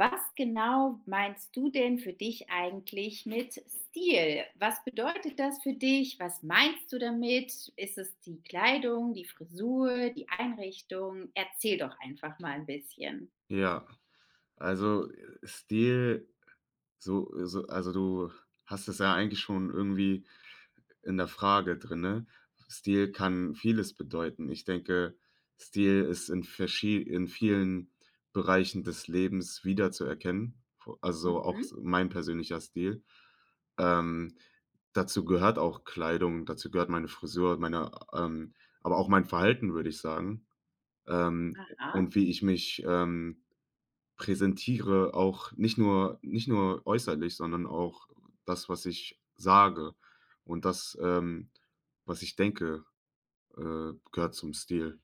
Was genau meinst du denn für dich eigentlich mit Stil? Was bedeutet das für dich? Was meinst du damit? Ist es die Kleidung, die Frisur, die Einrichtung? Erzähl doch einfach mal ein bisschen. Ja, also, Stil, du hast es ja eigentlich schon irgendwie in der Frage drin, ne? Stil kann vieles bedeuten. Ich denke, Stil ist in verschie in vielen Bereichen des Lebens wiederzuerkennen, v also, auch Mhm. s mein persönlicher Stil. Ähm, Dazu gehört auch Kleidung, dazu gehört meine Frisur, meine aber auch mein Verhalten, würde ich sagen, ähm, Aha. und wie ich mich präsentiere, auch nicht nur äußerlich, sondern auch das, was ich sage, und das, was ich denke, gehört zum Stil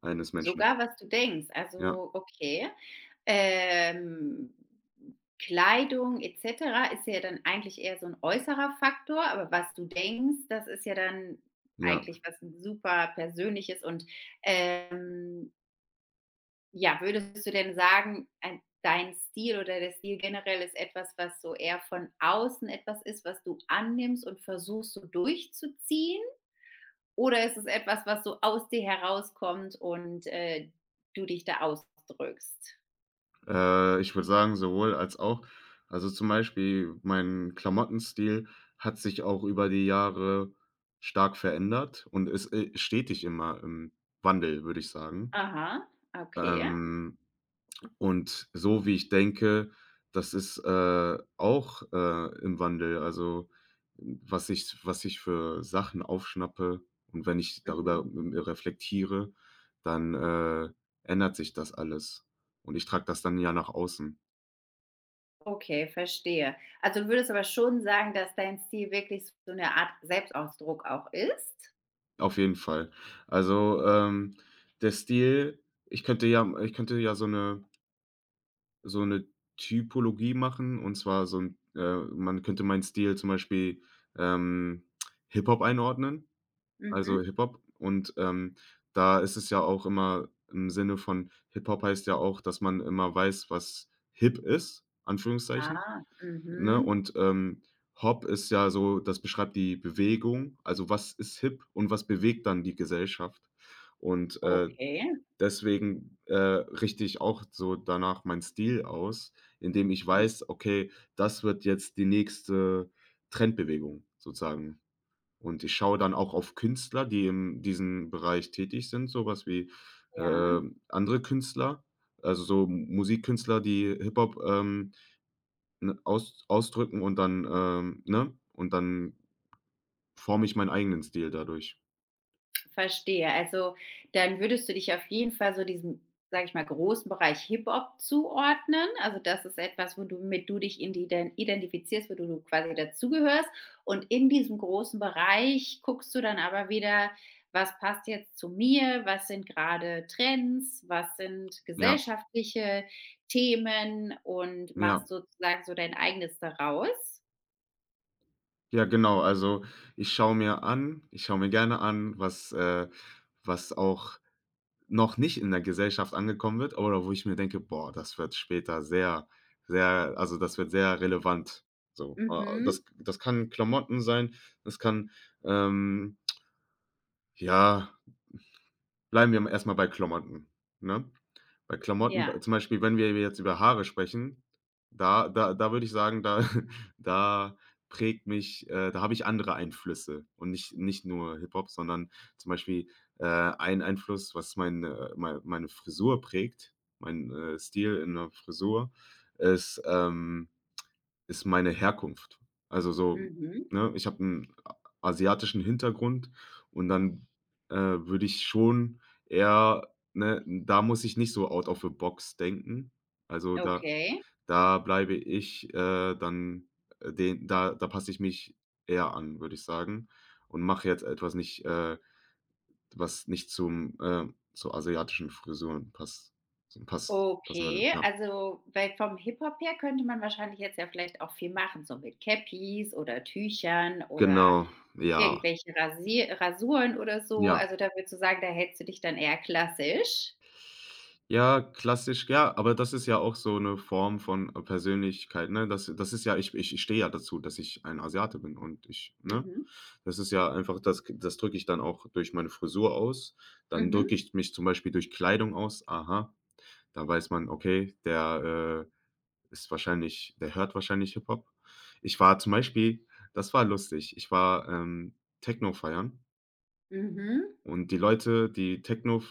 eines Menschen. Sogar was du denkst. Ja, Also, okay. Ähm, Kleidung et cetera ist ja dann eigentlich eher so 'n äußerer Faktor, aber was du denkst, das ist ja dann ja. eigentlich was super Persönliches und, ähm, ja, würdest du denn sagen, ein dein Stil oder der Stil generell ist etwas, was so eher von außen etwas ist, was du annimmst und versuchst, so durchzuziehen? Oder ist es etwas, was so aus dir herauskommt und, du dich da ausdrückst? Ich würde sagen, sowohl als auch. Also, zum Beispiel mein Klamottenstil hat sich auch über die Jahre stark verändert und ist, stetig immer im Wandel, würde ich sagen. Aha, okay. Ähm, Und so wie ich denke, das ist, auch, im Wandel. Also, was ich für Sachen aufschnappe und wenn ich darüber Mhm. m reflektiere, dann, ändert sich das alles. Und ich trage das dann ja nach außen. Okay, verstehe. Also, du würdest aber schon sagen, dass dein Stil wirklich so eine Art Selbstausdruck auch ist? Auf jeden Fall. Also, der Stil ich könnte ja so eine Typologie machen, und zwar so. 'N Man könnte meinen Stil zum Beispiel, ähm, Hip-Hop einordnen. Also Mhm. Hip-Hop, und, da ist es ja auch immer im Sinne von: Hip-Hop heißt ja auch, dass man immer weiß, was hip ist, Anführungszeichen, Ah, ne? mhm. Und, Hop ist ja so, das beschreibt die Bewegung. Also, was ist hip und was bewegt dann die Gesellschaft? Und, Okay. deswegen, richte ich auch so danach meinen Stil aus, indem ich Hm, weiß: „Okay, das wird jetzt die nächste Trendbewegung", sozusagen. Und ich schaue dann auch auf Künstler, die in diesem Bereich tätig sind, sowas wie, ja. Andere Künstler, also so Musikkünstler, die Hip-Hop, ne, ausdrücken, und dann, ne? Und dann forme ich meinen eigenen Stil dadurch. Verstehe. Also, dann würdest du dich auf jeden Fall so diesem, sag ich mal, großen Bereich Hip-Hop zuordnen. Also, das ist etwas, womit du dich in die identifizierst, wo du quasi dazugehörst. Und in diesem großen Bereich guckst du dann aber wieder, was passt jetzt zu mir? Was sind gerade Trends? Was sind Ja, gesellschaftliche Themen? Und ja, machst sozusagen so dein Eigenes daraus? ja, genau. Also, ich schaue mir gerne an, was auch noch nicht in der Gesellschaft angekommen wird, oder wo ich mir denke: „Boah, das wird später sehr, das wird sehr relevant." So, Mhm. das kann Klamotten sein, das kann, ähm, ja bleiben wir erstmal bei Klamotten, ne? Bei Klamotten b Ja. zum Beispiel, wenn wir jetzt über Haare sprechen, da würde ich sagen, da da prägt mich da habe ich andere Einflüsse, und nicht nur Hip-Hop, sondern zum Beispiel, ein Einfluss, was meine Frisur prägt, mein, Stil in der Frisur, ist, ähm ist meine Herkunft. Also, so, Mhm. ne, ich habe einen asiatischen Hintergrund, und dann, würde ich schon eher, ne, da muss ich nicht so out of the box denken. Also, da Okay. da bleibe ich, dann, den da da passe ich mich eher an, würde ich sagen, und mache jetzt etwas nicht, was nicht zum, zur asiatischen Frisuren passt passt passen würde, Okay, ja. also, weil vom Hip-Hop her könnte man wahrscheinlich jetzt ja vielleicht auch viel machen, so mit Cappies oder Tüchern oder Genau, ja, irgendwelche Rasier Rasuren oder so. ja. Also, da würdest du sagen, da hältst du dich dann eher klassisch? Ja, klassisch, ja, aber das ist ja auch so eine Form von, Persönlichkeit, ne? Das ist ja, ich stehe ja dazu, dass ich ein Asiate bin, und ich, ne? Mhm, Das ist ja einfach das, k das drücke ich dann auch durch meine Frisur aus. Dann drücke mhm, ich mich zum Beispiel durch Kleidung aus. Aha, da weiß man, okay, der, ist wahrscheinlich der hört wahrscheinlich Hip-Hop. Ich war zum Beispiel Das war lustig. Ich war, Techno feiern, mhm, und die Leute,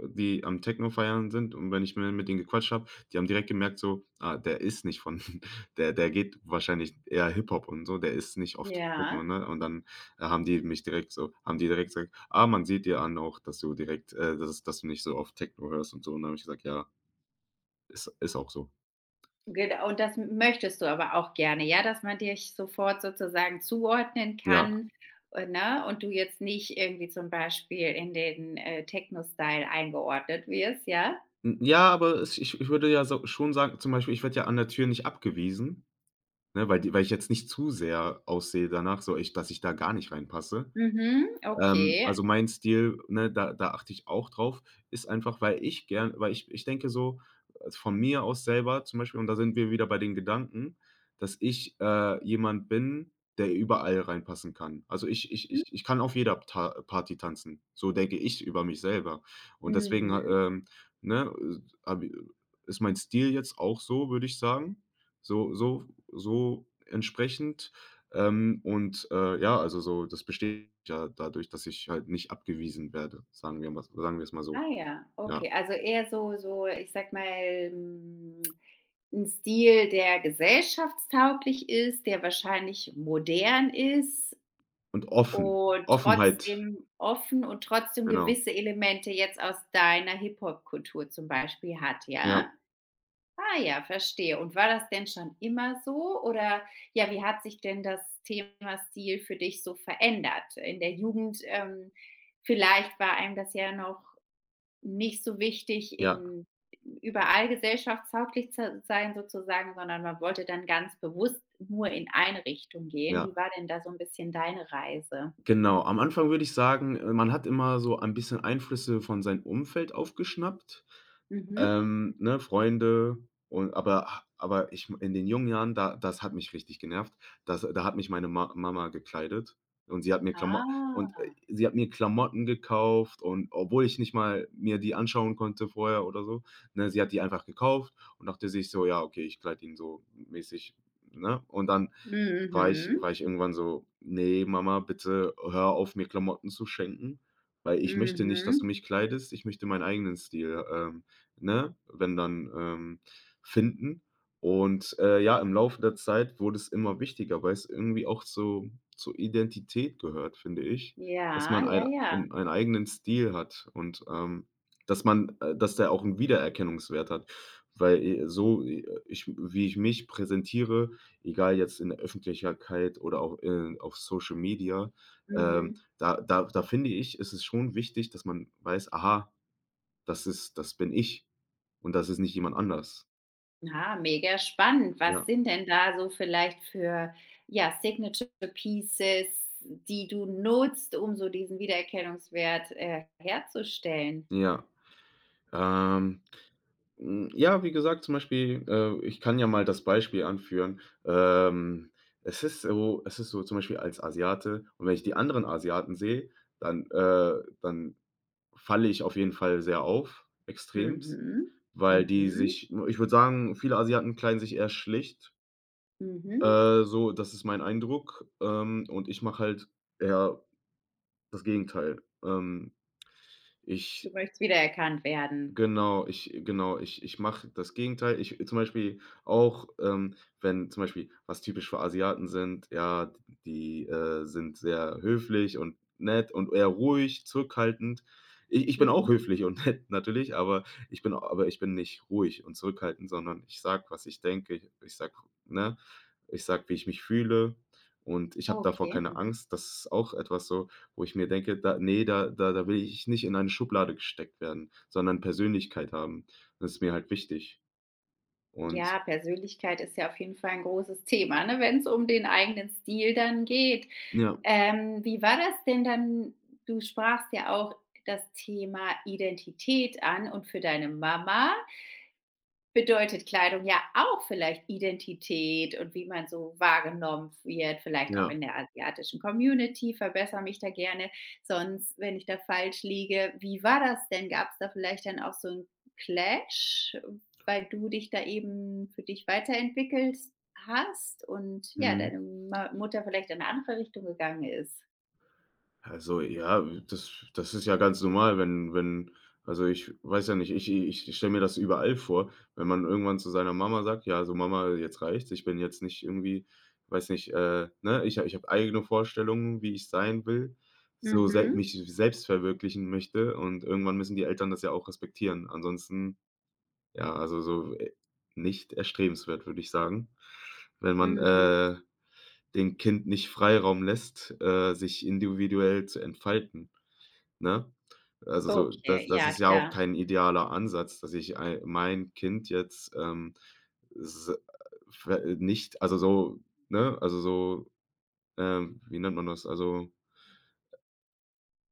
die am Techno feiern sind, und wenn ich mir mit denen gequatscht habe, die haben direkt gemerkt, so: „Ah, der ist nicht von" der geht wahrscheinlich eher Hip-Hop und so, der ist nicht oft Techno, ja. ne? Und dann haben die direkt gesagt: „Ah, man sieht dir an auch, dass du direkt dass dass du nicht so oft Techno hörst und so." Und dann habe ich gesagt: „Ja, ist auch so." Genau, und das möchtest du aber auch gerne, ja, dass man dich sofort sozusagen zuordnen Ja. kann, ne, und du jetzt nicht irgendwie zum Beispiel in den, Techno-Style eingeordnet wirst, ja? N Ja, aber es ich ich würde ja so schon sagen, zum Beispiel, ich werde ja an der Tür nicht abgewiesen, ne, weil ich jetzt nicht zu sehr aussehe danach, so ich dass ich da gar nicht reinpasse. Mhm, okay. Also, mein Stil, ne, da achte ich auch drauf, ist einfach, weil ich denke so, also von mir aus selber, zum Beispiel, und da sind wir wieder bei den Gedanken, dass ich, jemand bin, der überall reinpassen kann. Also ich kann auf jeder Ta Party tanzen. So denke ich über mich selber. Und deswegen, Mhm. ähm, ne, habe i ist mein Stil jetzt auch so, würde ich sagen. So so so entsprechend und, ja, also so, das besteht ja dadurch, dass ich halt nicht abgewiesen werde, sagen wir's mal so, Ah ja, ja. okay. Also eher so so, ich sag mal, hm, 'n Stil, der gesellschaftstauglich ist, der wahrscheinlich modern ist Und offen. und Offenheit, trotzdem offen und trotzdem genau. gewisse Elemente jetzt aus deiner Hip-Hop-Kultur zum Beispiel hat, Ja, ja? Ah ja, verstehe. Und war das denn schon immer so oder ja, wie hat sich denn das Thema Stil für dich so verändert? In der Jugend, vielleicht war einem das ja noch nicht so wichtig ja, in überall gesellschaftstauglich zu sein sozusagen, sondern man wollte dann ganz bewusst nur in eine Richtung gehen. ja. Wie war denn da so 'n bisschen deine Reise? Genau, am Anfang würde ich sagen, man hat immer so ein bisschen Einflüsse von seinem Umfeld aufgeschnappt, Mhm. Ne, Freunde, und aber ich, in den jungen Jahren, da, das hat mich richtig genervt. Das Da hat mich meine Ma Mama gekleidet, und sie hat mir Ah. Sie hat mir Klamotten gekauft, und obwohl ich nicht mal mir die anschauen konnte vorher oder so, ne, sie hat die einfach gekauft und dachte sich so: „Ja, okay, ich kleide ihn so mäßig", ne? Und dann war ich Mhm. war ich irgendwann so: „Nee, Mama, bitte hör auf, mir Klamotten zu schenken, weil ich möchte nicht, dass du Mhm. mich kleidest. Ich möchte meinen eigenen Stil, ne, wenn dann, finden." Und, ja, im Laufe der Zeit wurde es immer wichtiger, weil es irgendwie auch so zur Identität gehört, finde ich, dass man Ja, ja, ein ja. um einen eigenen Stil hat, und, dass der auch 'n Wiedererkennungswert hat, weil, so, ich wie ich mich präsentiere, egal jetzt in der Öffentlichkeit oder auch in auf Social Media, Mhm. da finde ich, ist es schon wichtig, dass man weiß: „Aha, das ist, das bin ich, und das ist nicht jemand anders." Ah, mega spannend. Was Ja, sind denn da so vielleicht für, ja, Signature Pieces, die du nutzt, um so diesen Wiedererkennungswert, herzustellen? ja. Ähm, ja, wie gesagt, zum Beispiel, ich kann ja mal das Beispiel anführen. Es ist so zum Beispiel als Asiate, und wenn ich die anderen Asiaten sehe, dann, äh dann falle ich auf jeden Fall sehr auf, extremst, Mhm. weil die Mhm. sich ich würde sagen, viele Asiaten kleiden sich eher schlicht, Mhm. So, das ist mein Eindruck, und ich mache halt eher das Gegenteil. Du Ich möchtest wiedererkannt werden. Genau, ich genau, ich mache das Gegenteil. Ich, zum Beispiel, auch, wenn zum Beispiel, was typisch für Asiaten sind, ja, die, sind sehr höflich und nett und eher ruhig, zurückhaltend. Ich bin auch Mhm. höflich und nett, natürlich, ich bin nicht ruhig und zurückhaltend, sondern ich sage, was ich denke. Ich ich sage, ne ich sag, wie ich mich fühle, und ich habe davor Okay. keine Mhm. Angst. Das ist auch etwas, so wo ich mir denke: „Da ne, da da da will ich nicht in eine Schublade gesteckt werden, sondern Persönlichkeit haben." Das ist mir halt wichtig. Und Ja, Persönlichkeit ist ja auf jeden Fall ein großes Thema, ne, wenn es um den eigenen Stil dann geht. ja, Wie war das denn dann? Du sprachst ja auch das Thema Identität an und für deine Mama bedeutet Kleidung ja auch vielleicht Identität und wie man so wahrgenommen wird, vielleicht ja, auch in der asiatischen Community. Verbessere mich da gerne, sonst, wenn ich da falsch liege. Wie war das denn? Gab es da vielleicht dann auch so 'n Clash, weil du dich da eben für dich weiterentwickelt hast und ja, mhm. deine Ma Mutter vielleicht in eine andere Richtung gegangen ist? Also, ja, das ist ja ganz normal, wenn, also, ich weiß ja nicht, ich stelle mir das überall vor, wenn man irgendwann zu seiner Mama sagt: „Ja, so, Mama, jetzt reicht's. Ich bin jetzt nicht irgendwie, weiß nicht, ne, ich habe eigene Vorstellungen, wie ich sein will, so, sel Mhm, mich selbst verwirklichen möchte." Und irgendwann müssen die Eltern das ja auch respektieren. Ansonsten. Ja, also so, nicht erstrebenswert, würde ich sagen. Wenn man, mhm. Dem Kind nicht Freiraum lässt, sich individuell zu entfalten, ne? Also so, Okay, das ja ist ja auch klar. kein idealer Ansatz, dass ich ei mein Kind jetzt, s ver nicht, also so, ne, also so, wie nennt man das? Also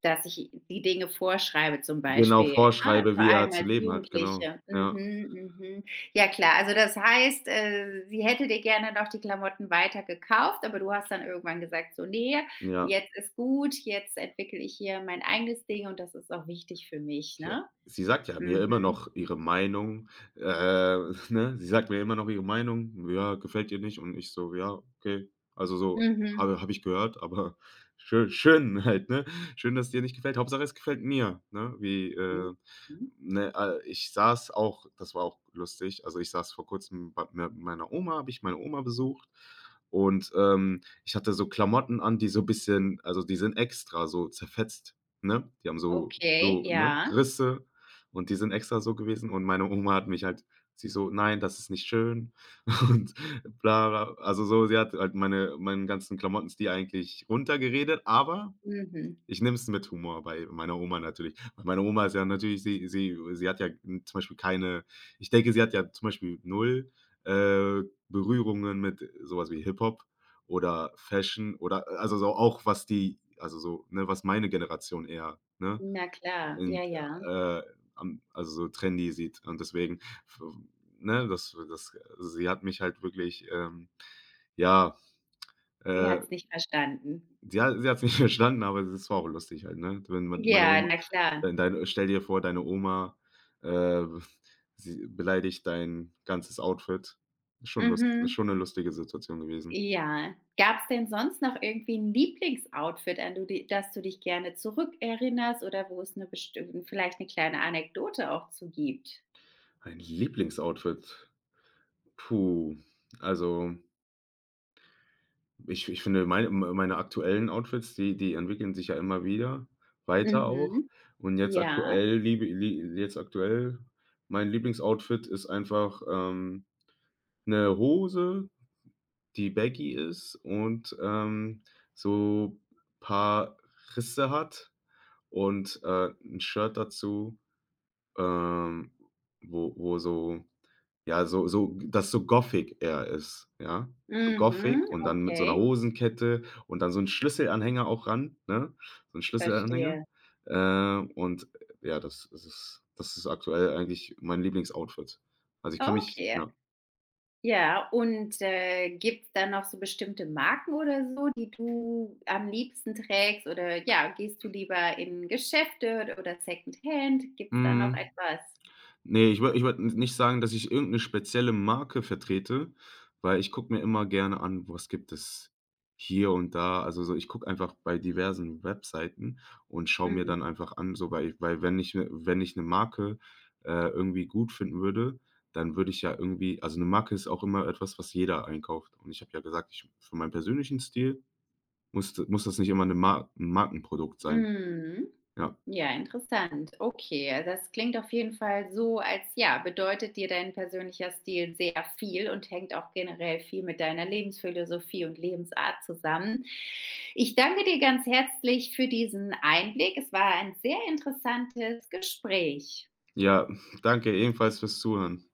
Dass ich die Dinge vorschreibe zum genau Beispiel, ne, vorschreibe, vor wie er allem zu als leben hat, genau. Jugendliche. Ja, Mhm, mhm. Ja klar, also das heißt, sie hätte dir gerne noch die Klamotten weiter gekauft, aber du hast dann irgendwann gesagt: „So, nee, ja. jetzt ist gut, jetzt entwickle ich hier mein eigenes Ding und das ist auch wichtig für mich“, Ja, ne? sie sagt ja mir immer Mhm. noch ihre Meinung, äh, ne? Sie sagt mir immer noch ihre Meinung, ja, gefällt ihr nicht, und ich so: „Ja, okay." Also, so: Mhm. „Habe ich gehört, aber schön, schön halt, ne? Schön, dass dir nicht gefällt. Hauptsache, es gefällt mir", ne? Mhm. Ich saß auch, das war auch lustig, also, ich saß vor Kurzem bei me meiner Oma, habe ich meine Oma besucht, und, ich hatte so Klamotten an, die so ein bisschen also, die sind extra so zerfetzt, ne? Die haben so, Okay, ne, ja. Risse, und die sind extra so gewesen, und meine Oma hat mich halt, sie so: „Nein, das ist nicht schön" und bla bla. Also, so, sie hat halt meinen ganzen Klamottenstil eigentlich runtergeredet, aber Mhm. ich nehme es mit Humor bei meiner Oma, natürlich. Weil meine Oma ist ja natürlich, sie hat ja zum Beispiel keine, ich denke, sie hat ja zum Beispiel null, äh, Berührungen mit sowas wie Hip-Hop oder Fashion oder, also so, auch was die, also so, ne, was meine Generation eher, ne? Na klar, ja, und, ja. Am also so trendy sieht. Und deswegen, f ne, das das sie hat mich halt wirklich, ja, Sie äh, hat es nicht verstanden. sie hat's nicht verstanden, aber es war auch lustig halt, ne? Wenn man meine Ja, Oma na klar. wenn deine Stell dir vor, deine Oma, äh, sie beleidigt dein ganzes Outfit. Schon lust Mhm. schon eine lustige Situation gewesen. Ja. Gab es denn sonst noch irgendwie ein Lieblingsoutfit, an du di das du dich gerne zurückerinnerst oder wo es eine bestimmte, vielleicht eine kleine Anekdote auch zu gibt? Ein Lieblingsoutfit. Puh, also, ich finde, meine aktuellen Outfits, die entwickeln sich ja immer wieder weiter auch. Mhm. Und jetzt Ja. aktuell liebe lie jetzt aktuell mein Lieblingsoutfit ist einfach'ne Hose, die baggy ist, und, so paar Risse hat, und'n Shirt dazu ähm, wo so ja, so das so gothic eher ist, ja? So Mhm. gothic, und dann mit so einer Okay, Hosenkette, und dann so ein Schlüsselanhänger auch ran, ne? So ein Schlüsselanhänger. verstehe. Und ja, das ist aktuell eigentlich mein Lieblingsoutfit. Also, ich kann mich, Okay. ja. Ja, und, gibt's da noch so bestimmte Marken oder so, die du am liebsten trägst oder, ja, gehst du lieber in Geschäfte oder Secondhand? Gibt's da noch Mhm. etwas? Ne, ich würde nicht sagen, dass ich irgendeine spezielle Marke vertrete, weil ich gucke mir immer gerne an, was gibt es hier und da. Also so, ich gucke einfach bei diversen Webseiten und schaue mir dann Mhm. einfach an, so, weil wenn ich eine Marke, irgendwie gut finden würde, dann würde ich ja irgendwie, also eine Marke ist auch immer etwas, was jeder einkauft. Und ich habe ja gesagt, ich für meinen persönlichen Stil, muss das nicht immer ein Markenprodukt sein. Mhm. Ja. Ja, interessant. Okay, also das klingt auf jeden Fall so, als ja, bedeutet dir dein persönlicher Stil sehr viel und hängt auch generell viel mit deiner Lebensphilosophie und Lebensart zusammen. Ich danke dir ganz herzlich für diesen Einblick. Es war ein sehr interessantes Gespräch. Ja, danke ebenfalls fürs Zuhören.